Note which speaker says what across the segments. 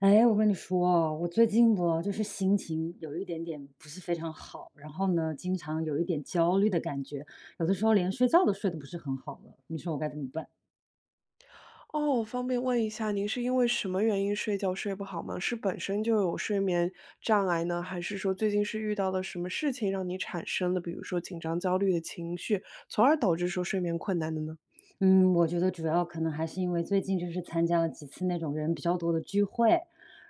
Speaker 1: 哎，我跟你说哦，我最近不就是心情有一点点不是非常好，然后呢，经常有一点焦虑的感觉，有的时候连睡觉都睡得不是很好了，你说我该怎么办？
Speaker 2: 哦，方便问一下，您是因为什么原因睡觉睡不好吗？是本身就有睡眠障碍呢，还是说最近是遇到了什么事情让你产生了，比如说紧张、焦虑的情绪，从而导致说睡眠困难的呢？
Speaker 1: 嗯，我觉得主要可能还是因为最近就是参加了几次那种人比较多的聚会，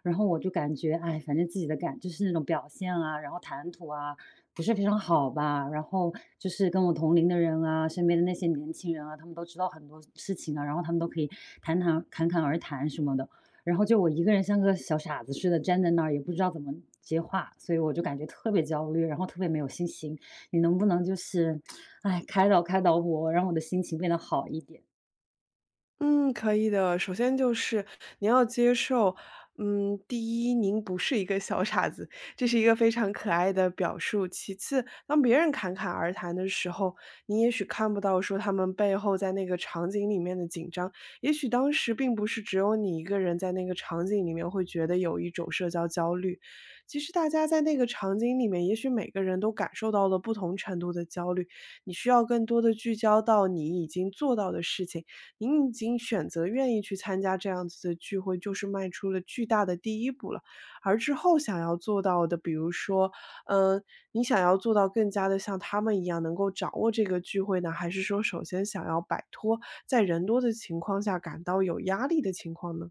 Speaker 1: 然后我就感觉，哎，反正自己的感就是那种表现啊，然后谈吐啊，不是非常好吧。然后就是跟我同龄的人啊，身边的那些年轻人啊，他们都知道很多事情啊，然后他们都可以侃侃而谈什么的。然后就我一个人像个小傻子似的站在那儿，也不知道怎么接话，所以我就感觉特别焦虑，然后特别没有信心。你能不能就是哎，开导开导我，让我的心情变得好一点。
Speaker 2: 嗯，可以的。首先就是您要接受，第一，您不是一个小傻子，这是一个非常可爱的表述。其次，当别人侃侃而谈的时候，你也许看不到说他们背后在那个场景里面的紧张，也许当时并不是只有你一个人在那个场景里面会觉得有一种社交焦虑。其实大家在那个场景里面，也许每个人都感受到了不同程度的焦虑。你需要更多的聚焦到你已经做到的事情。您已经选择愿意去参加这样子的聚会，就是迈出了巨大的第一步了。而之后想要做到的，比如说，嗯，你想要做到更加的像他们一样能够掌握这个聚会呢，还是说首先想要摆脱在人多的情况下感到有压力的情况呢？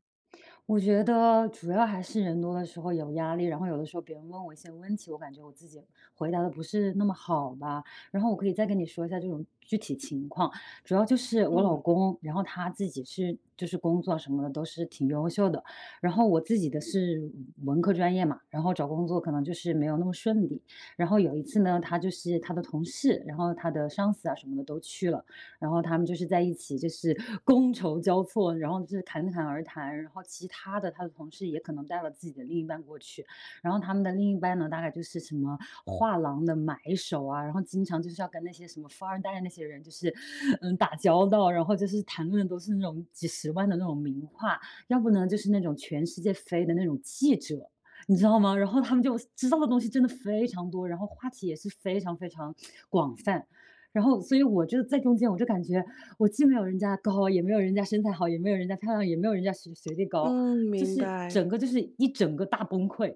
Speaker 1: 我觉得主要还是人多的时候有压力，然后有的时候别人问我一些问题，我感觉我自己回答的不是那么好吧。然后我可以再跟你说一下这种具体情况，主要就是我老
Speaker 2: 嗯，
Speaker 1: 公，然后他自己是就是工作什么的都是挺优秀的，然后我自己的是文科专业嘛，然后找工作可能就是没有那么顺利。然后有一次呢，他就是他的同事，然后他的上司啊什么的都去了，然后他们就是在一起，就是觥筹交错，然后就是侃侃而谈。然后其他的他的同事也可能带了自己的另一半过去，然后他们的另一半呢，大概就是什么画廊的买手啊，然后经常就是要跟那些什么富二代那些人就是打交道，然后就是谈论的都是那种几十万的那种名画，要不呢就是那种全世界飞的那种记者。你知道吗？然后他们就知道的东西真的非常多，然后话题也是非常非常广泛。然后所以我就在中间，我就感觉我既没有人家高，也没有人家身材好，也没有人家漂亮，也没有人家学历高，
Speaker 2: 嗯，
Speaker 1: 就
Speaker 2: 明
Speaker 1: 是
Speaker 2: 白。
Speaker 1: 整个就是一整个大崩溃。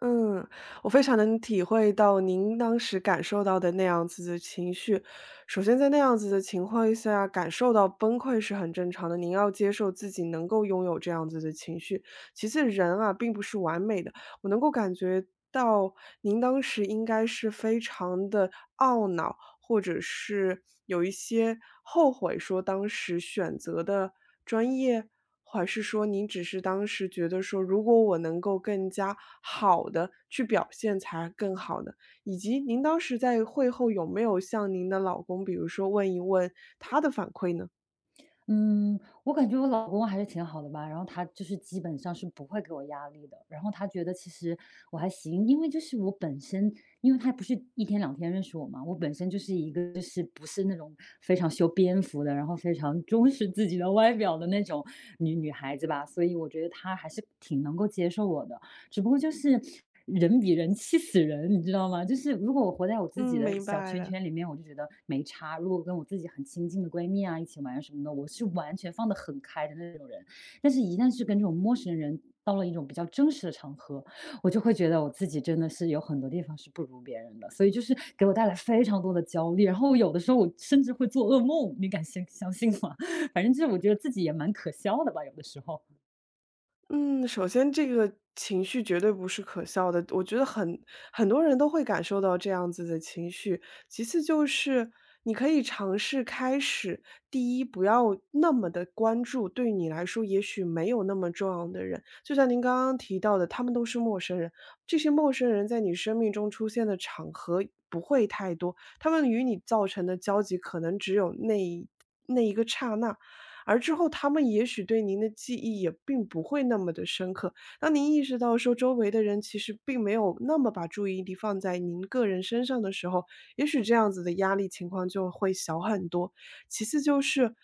Speaker 2: 嗯，我非常能体会到您当时感受到的那样子的情绪。首先在那样子的情况下，感受到崩溃是很正常的，您要接受自己能够拥有这样子的情绪。其次，人啊，并不是完美的，我能够感觉到您当时应该是非常的懊恼，或者是有一些后悔说当时选择的专业？还是说您只是当时觉得说，如果我能够更加好的去表现才更好呢？以及您当时在会后有没有向您的老公，比如说问一问他的反馈呢？
Speaker 1: 嗯，我感觉我老公还是挺好的吧，然后他就是基本上是不会给我压力的，然后他觉得其实我还行，因为就是我本身，因为他不是一天两天认识我嘛，我本身就是一个就是不是那种非常修边幅的，然后非常重视自己的外表的那种女孩子吧，所以我觉得他还是挺能够接受我的。只不过就是人比人气死人，你知道吗？就是如果我活在我自己
Speaker 2: 嗯，
Speaker 1: 的
Speaker 2: 明
Speaker 1: 小
Speaker 2: 白
Speaker 1: 圈
Speaker 2: 了。
Speaker 1: 圈里面，我就觉得没差；如果跟我自己很亲近的闺蜜啊一起玩什么的，我是完全放得很开的那种人。但是，一旦是跟这种陌生人到了一种比较真实的场合，我就会觉得我自己真的是有很多地方是不如别人的，所以就是给我带来非常多的焦虑。然后有的时候我甚至会做噩梦，你敢相信吗？反正就是我觉得自己也蛮可笑的吧，有的时候。
Speaker 2: 嗯，首先这个情绪绝对不是可笑的，我觉得很多人都会感受到这样子的情绪。其次就是你可以尝试开始，第一，不要那么的关注对你来说也许没有那么重要的人，就像您刚刚提到的，他们都是陌生人，这些陌生人在你生命中出现的场合不会太多，他们与你造成的交集可能只有那一个刹那。而之后他们也许对您的记忆也并不会那么的深刻。当您意识到说周围的人其实并没有那么把注意力放在您个人身上的时候，也许这样子的压力情况就会小很多。其次就是，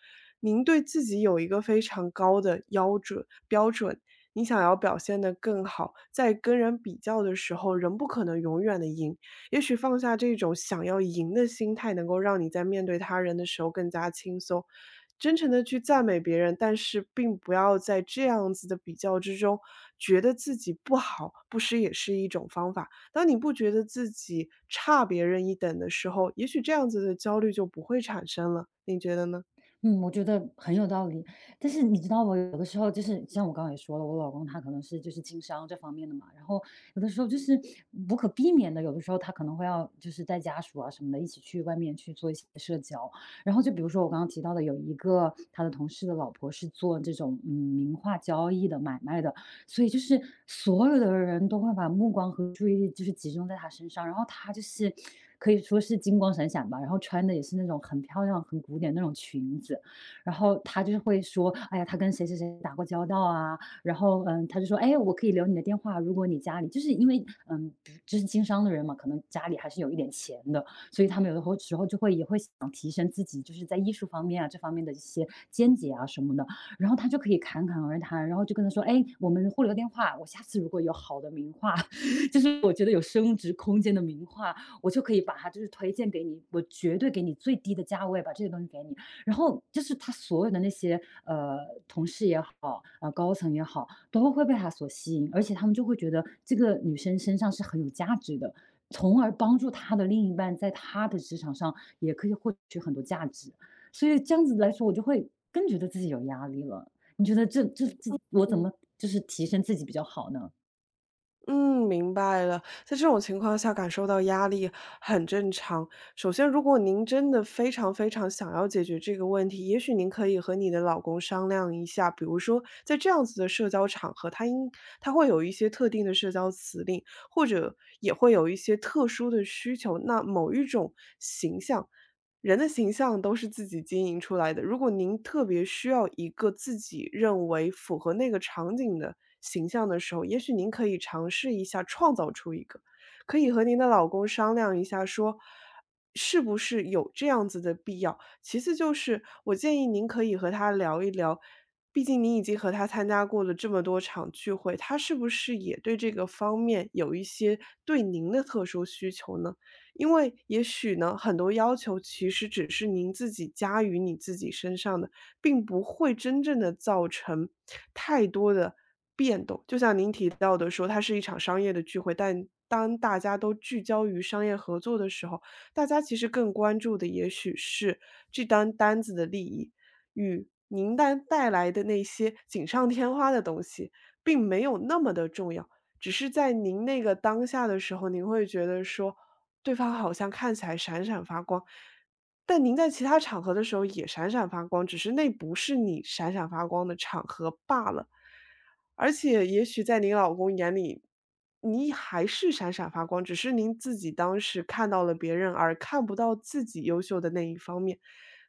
Speaker 2: 您对自己有一个非常高的标准，你想要表现得更好，在跟人比较的时候，人不可能永远的赢。也许放下这种想要赢的心态，能够让你在面对他人的时候更加轻松。真诚的去赞美别人，但是并不要在这样子的比较之中，觉得自己不好，不失也是一种方法。当你不觉得自己差别人一等的时候，也许这样子的焦虑就不会产生了，你觉得呢？
Speaker 1: 嗯，我觉得很有道理。但是你知道我有的时候就是像我刚刚也说了，我老公他可能是就是经商这方面的嘛，然后有的时候就是不可避免的，有的时候他可能会要就是带家属啊什么的一起去外面去做一些社交。然后就比如说我刚刚提到的，有一个他的同事的老婆是做这种名画交易的买卖的，所以就是所有的人都会把目光和注意力就是集中在他身上，然后他就是可以说是金光闪闪吧，然后穿的也是那种很漂亮、很古典那种裙子，然后他就是会说，哎呀，他跟谁谁谁打过交道啊，然后他就说，哎，我可以留你的电话，如果你家里就是因为就是经商的人嘛，可能家里还是有一点钱的，所以他们有的时候就会也会想提升自己，就是在艺术方面啊这方面的一些见解啊什么的。然后他就可以侃侃而谈，然后就跟他说：“哎，我们互留电话，我下次如果有好的名画，就是我觉得有升值空间的名画，我就可以把它就是推荐给你，我绝对给你最低的价位把这些东西给你。”然后就是他所有的那些同事也好，高层也好，都会被他所吸引，而且他们就会觉得这个女生身上是很有价值的。从而帮助他的另一半在他的职场上也可以获取很多价值，所以这样子来说，我就会更觉得自己有压力了。你觉得这，我怎么就是提升自己比较好呢？
Speaker 2: 嗯，明白了。在这种情况下感受到压力很正常。首先，如果您真的非常非常想要解决这个问题，也许您可以和你的老公商量一下，比如说在这样子的社交场合，他会有一些特定的社交辞令，或者也会有一些特殊的需求。那某一种形象，人的形象都是自己经营出来的。如果您特别需要一个自己认为符合那个场景的形象的时候，也许您可以尝试一下创造出一个，可以和您的老公商量一下说，是不是有这样子的必要。其次就是，我建议您可以和他聊一聊，毕竟您已经和他参加过了这么多场聚会，他是不是也对这个方面有一些对您的特殊需求呢？因为也许呢，很多要求其实只是您自己加于你自己身上的，并不会真正的造成太多的变动。就像您提到的说，它是一场商业的聚会，但当大家都聚焦于商业合作的时候，大家其实更关注的也许是这单子的利益，与您带来的那些锦上添花的东西，并没有那么的重要。只是在您那个当下的时候，您会觉得说对方好像看起来闪闪发光，但您在其他场合的时候也闪闪发光，只是那不是你闪闪发光的场合罢了。而且也许在您老公眼里，你还是闪闪发光，只是您自己当时看到了别人，而看不到自己优秀的那一方面。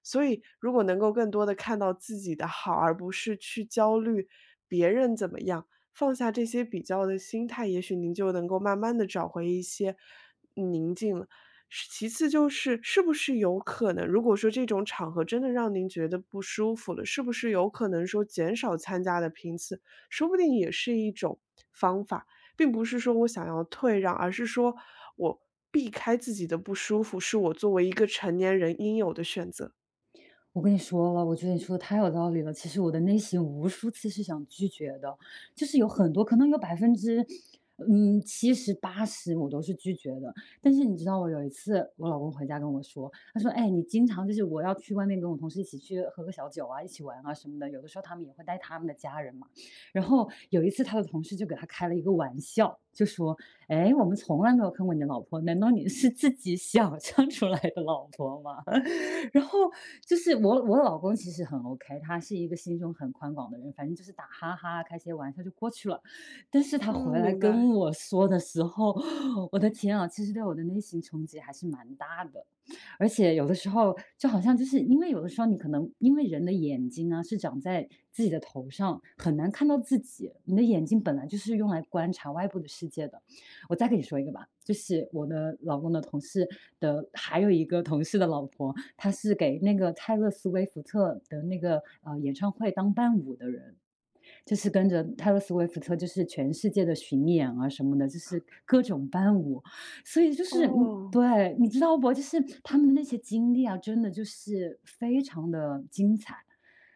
Speaker 2: 所以如果能够更多的看到自己的好，而不是去焦虑别人怎么样，放下这些比较的心态，也许您就能够慢慢的找回一些宁静了。是其次就是，是不是有可能如果说这种场合真的让您觉得不舒服了，是不是有可能说减少参加的频次，说不定也是一种方法。并不是说我想要退让，而是说我避开自己的不舒服，是我作为一个成年人应有的选择。
Speaker 1: 我跟你说了，我觉得你说的太有道理了。其实我的内心无数次是想拒绝的，就是有很多可能有百分之，七十八十我都是拒绝的。但是你知道，我有一次我老公回家跟我说，他说：“哎，你经常就是我要去外面跟我同事一起去喝个小酒啊，一起玩啊什么的。有的时候他们也会带他们的家人嘛。然后有一次他的同事就给他开了一个玩笑，就说：哎，我们从来没有看过你的老婆，难道你是自己想象出来的老婆吗？然后就是我老公其实很 OK，他是一个心胸很宽广的人，反正就是打哈哈、开些玩笑就过去了。但是他
Speaker 2: 嗯，
Speaker 1: 回来
Speaker 2: 明
Speaker 1: 跟
Speaker 2: 白，
Speaker 1: 我说的时候，我的天啊，其实对我的内心冲击还是蛮大的。而且有的时候就好像就是因为有的时候你可能因为人的眼睛啊是长在自己的头上，很难看到自己。你的眼睛本来就是用来观察外部的世界的。我再跟你说一个吧，就是我的老公的同事的还有一个同事的老婆，他是给那个泰勒·斯威夫特的那个演唱会当伴舞的人，就是跟着泰勒·斯威夫特，就是全世界的巡演啊什么的，就是各种伴舞，所以就是嗯，
Speaker 2: 哦，
Speaker 1: 对，你知道不？就是他们的那些经历啊，真的就是非常的精彩。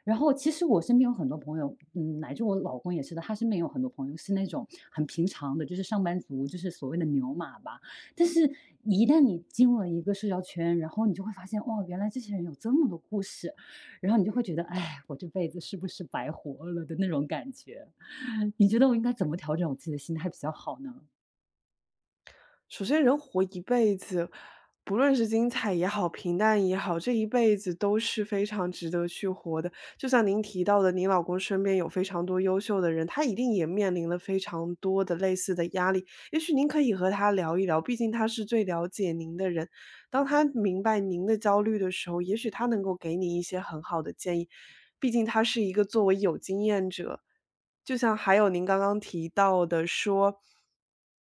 Speaker 1: 然后其实我身边有很多朋友，乃至我老公也是的，他身边有很多朋友是那种很平常的，就是上班族，就是所谓的牛马吧。但是，一旦你进入了一个社交圈，然后你就会发现，哦，原来这些人有这么多故事，然后你就会觉得，哎，我这辈子是不是白活了的那种感觉？你觉得我应该怎么调整我自己的心态比较好呢？
Speaker 2: 首先人活一辈子，不论是精彩也好，平淡也好，这一辈子都是非常值得去活的。就像您提到的，您老公身边有非常多优秀的人，他一定也面临了非常多的类似的压力。也许您可以和他聊一聊，毕竟他是最了解您的人。当他明白您的焦虑的时候，也许他能够给你一些很好的建议。毕竟他是一个作为有经验者，就像还有您刚刚提到的说，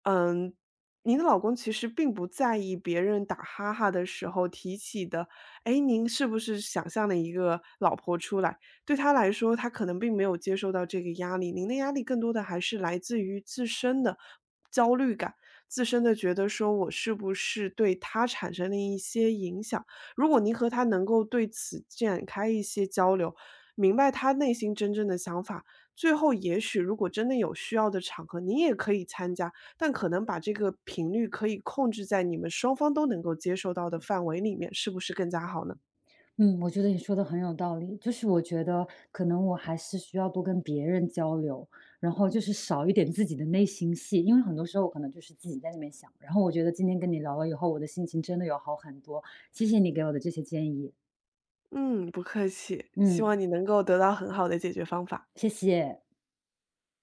Speaker 2: 嗯，您的老公其实并不在意别人打哈哈的时候提起的，哎，您是不是想象了一个老婆出来？对他来说，他可能并没有接受到这个压力，您的压力更多的还是来自于自身的焦虑感，自身的觉得说我是不是对他产生了一些影响？如果您和他能够对此展开一些交流，明白他内心真正的想法，最后也许如果真的有需要的场合，您也可以参加，但可能把这个频率可以控制在你们双方都能够接受到的范围里面，是不是更加好呢？
Speaker 1: 嗯，我觉得你说的很有道理，就是我觉得可能我还是需要多跟别人交流，然后就是少一点自己的内心戏，因为很多时候我可能就是自己在那边想。然后我觉得今天跟你聊了以后，我的心情真的有好很多，谢谢你给我的这些建议，
Speaker 2: 嗯，不客气，希
Speaker 1: 嗯，
Speaker 2: 望你能够得到很好的解决方法。
Speaker 1: 谢谢。